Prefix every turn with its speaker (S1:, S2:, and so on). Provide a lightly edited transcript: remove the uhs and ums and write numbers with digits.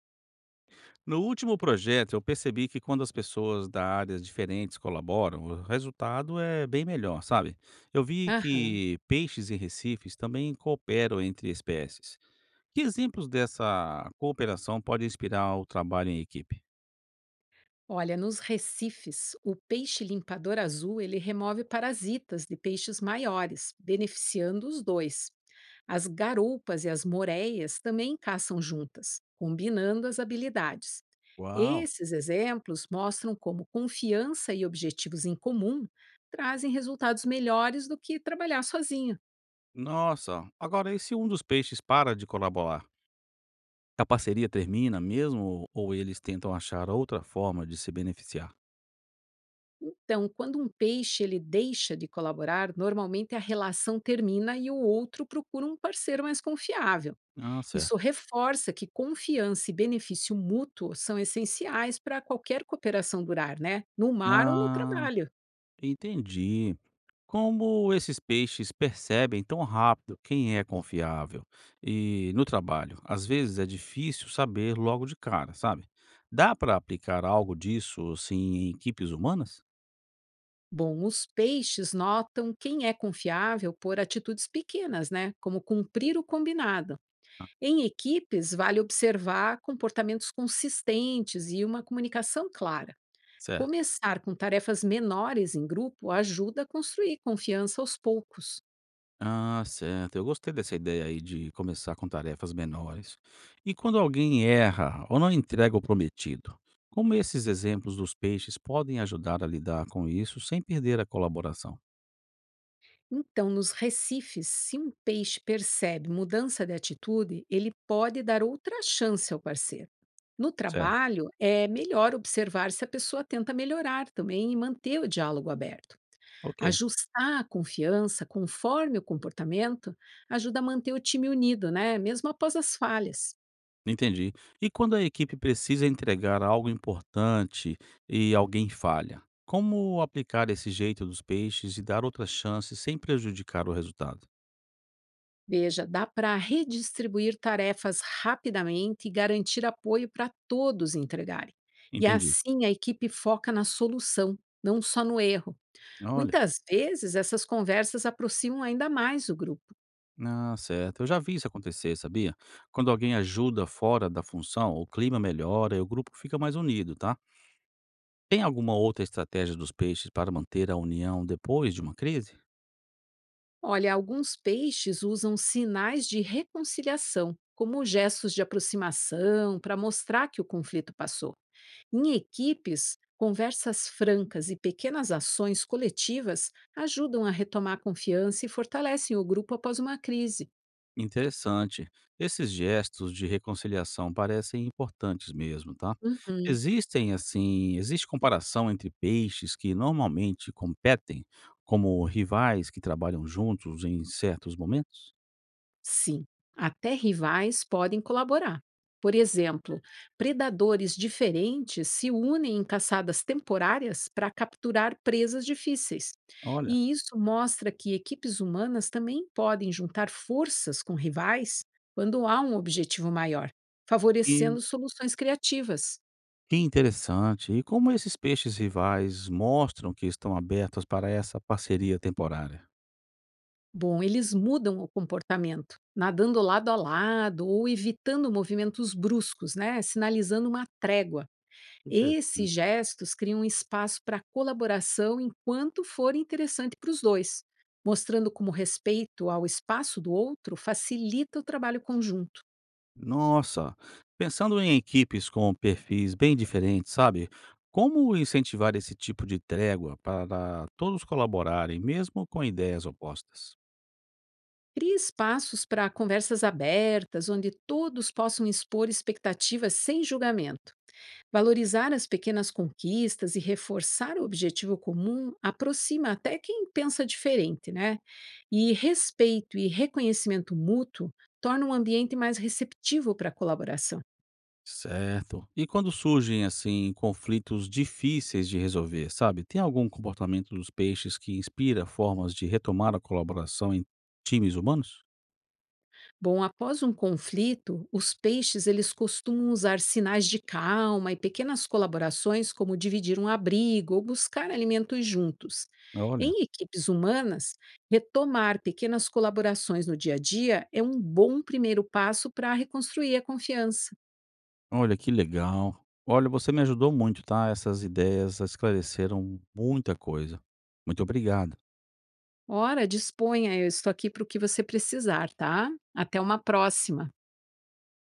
S1: No último projeto, eu percebi que quando as pessoas da áreas diferentes colaboram, o resultado é bem melhor, sabe? Eu vi
S2: Aham.
S1: que peixes e recifes também cooperam entre espécies. Que exemplos dessa cooperação podem inspirar o trabalho em equipe?
S2: Olha, nos recifes, o peixe limpador azul ele remove parasitas de peixes maiores, beneficiando os dois. As garoupas e as moreias também caçam juntas, combinando as habilidades.
S1: Uau!
S2: Esses exemplos mostram como confiança e objetivos em comum trazem resultados melhores do que trabalhar sozinho.
S1: Nossa, agora e se um dos peixes para de colaborar? A parceria termina mesmo ou eles tentam achar outra forma de se beneficiar?
S2: Então, quando um peixe ele deixa de colaborar, normalmente a relação termina e o outro procura um parceiro mais confiável.
S1: Ah,
S2: Isso
S1: certo.
S2: reforça que confiança e benefício mútuo são essenciais para qualquer cooperação durar, né? No mar ou no
S1: Ah,
S2: trabalho.
S1: Entendi. Como esses peixes percebem tão rápido quem é confiável? E no trabalho, às vezes é difícil saber logo de cara, sabe? Dá para aplicar algo disso assim em equipes humanas?
S2: Bom, os peixes notam quem é confiável por atitudes pequenas, né? Como cumprir o combinado.
S1: Ah,
S2: Em equipes, vale observar comportamentos consistentes e uma comunicação clara.
S1: certo.
S2: Começar com tarefas menores em grupo ajuda a construir confiança aos poucos.
S1: Ah, certo. Eu gostei dessa ideia aí de começar com tarefas menores. E quando alguém erra ou não entrega o prometido, como esses exemplos dos peixes podem ajudar a lidar com isso sem perder a colaboração?
S2: Então, nos recifes, se um peixe percebe mudança de atitude, ele pode dar outra chance ao parceiro. No
S1: Certo.
S2: trabalho, é melhor observar se a pessoa tenta melhorar também e manter o diálogo aberto.
S1: Ok.
S2: Ajustar a confiança conforme o comportamento ajuda a manter o time unido, né? Mesmo após as falhas.
S1: Entendi. E quando a equipe precisa entregar algo importante e alguém falha, como aplicar esse jeito dos peixes e dar outras chances sem prejudicar o resultado?
S2: Veja, dá para redistribuir tarefas rapidamente e garantir apoio para todos entregarem. E
S1: Entendi.
S2: assim a equipe foca na solução, não só no erro.
S1: Olha,
S2: Muitas vezes essas conversas aproximam ainda mais o grupo.
S1: ah, certo. Eu já vi isso acontecer, sabia? Quando alguém ajuda fora da função, o clima melhora e o grupo fica mais unido, tá? Tem alguma outra estratégia dos peixes para manter a união depois de uma crise?
S2: Olha, alguns peixes usam sinais de reconciliação, como gestos de aproximação, para mostrar que o conflito passou. Em equipes, conversas francas e pequenas ações coletivas ajudam a retomar a confiança e fortalecem o grupo após uma crise.
S1: Interessante. Esses gestos de reconciliação parecem importantes mesmo, tá?
S2: Uhum.
S1: Existe comparação entre peixes que normalmente competem, como rivais que trabalham juntos em certos momentos?
S2: Sim, até rivais podem colaborar. Por exemplo, predadores diferentes se unem em caçadas temporárias para capturar presas difíceis.
S1: Olha,
S2: E isso mostra que equipes humanas também podem juntar forças com rivais quando há um objetivo maior,
S1: e
S2: favorecendo soluções criativas.
S1: que interessante. E como esses peixes rivais mostram que estão abertos para essa parceria temporária?
S2: Bom, eles mudam o comportamento, nadando lado a lado ou evitando movimentos bruscos, né? Sinalizando uma trégua. Esses
S1: Interessante.
S2: gestos criam um espaço para colaboração enquanto for interessante para os dois, mostrando como respeito ao espaço do outro facilita o trabalho conjunto.
S1: Nossa, pensando em equipes com perfis bem diferentes, sabe? Como incentivar esse tipo de trégua para todos colaborarem, mesmo com ideias opostas?
S2: Crie espaços para conversas abertas, onde todos possam expor expectativas sem julgamento. Valorizar as pequenas conquistas e reforçar o objetivo comum aproxima até quem pensa diferente, né? E respeito e reconhecimento mútuo torna um ambiente mais receptivo para a colaboração.
S1: Certo. E quando surgem assim conflitos difíceis de resolver, sabe? Tem algum comportamento dos peixes que inspira formas de retomar a colaboração em times humanos?
S2: Bom, após um conflito, os peixes eles costumam usar sinais de calma e pequenas colaborações como dividir um abrigo ou buscar alimentos juntos.
S1: Olha,
S2: Em equipes humanas, retomar pequenas colaborações no dia a dia é um bom primeiro passo para reconstruir a confiança.
S1: olha que legal. Olha, você me ajudou muito, tá? Essas ideias esclareceram muita coisa. Muito obrigado.
S2: Ora, disponha, eu estou aqui para o que você precisar, tá? Até uma próxima.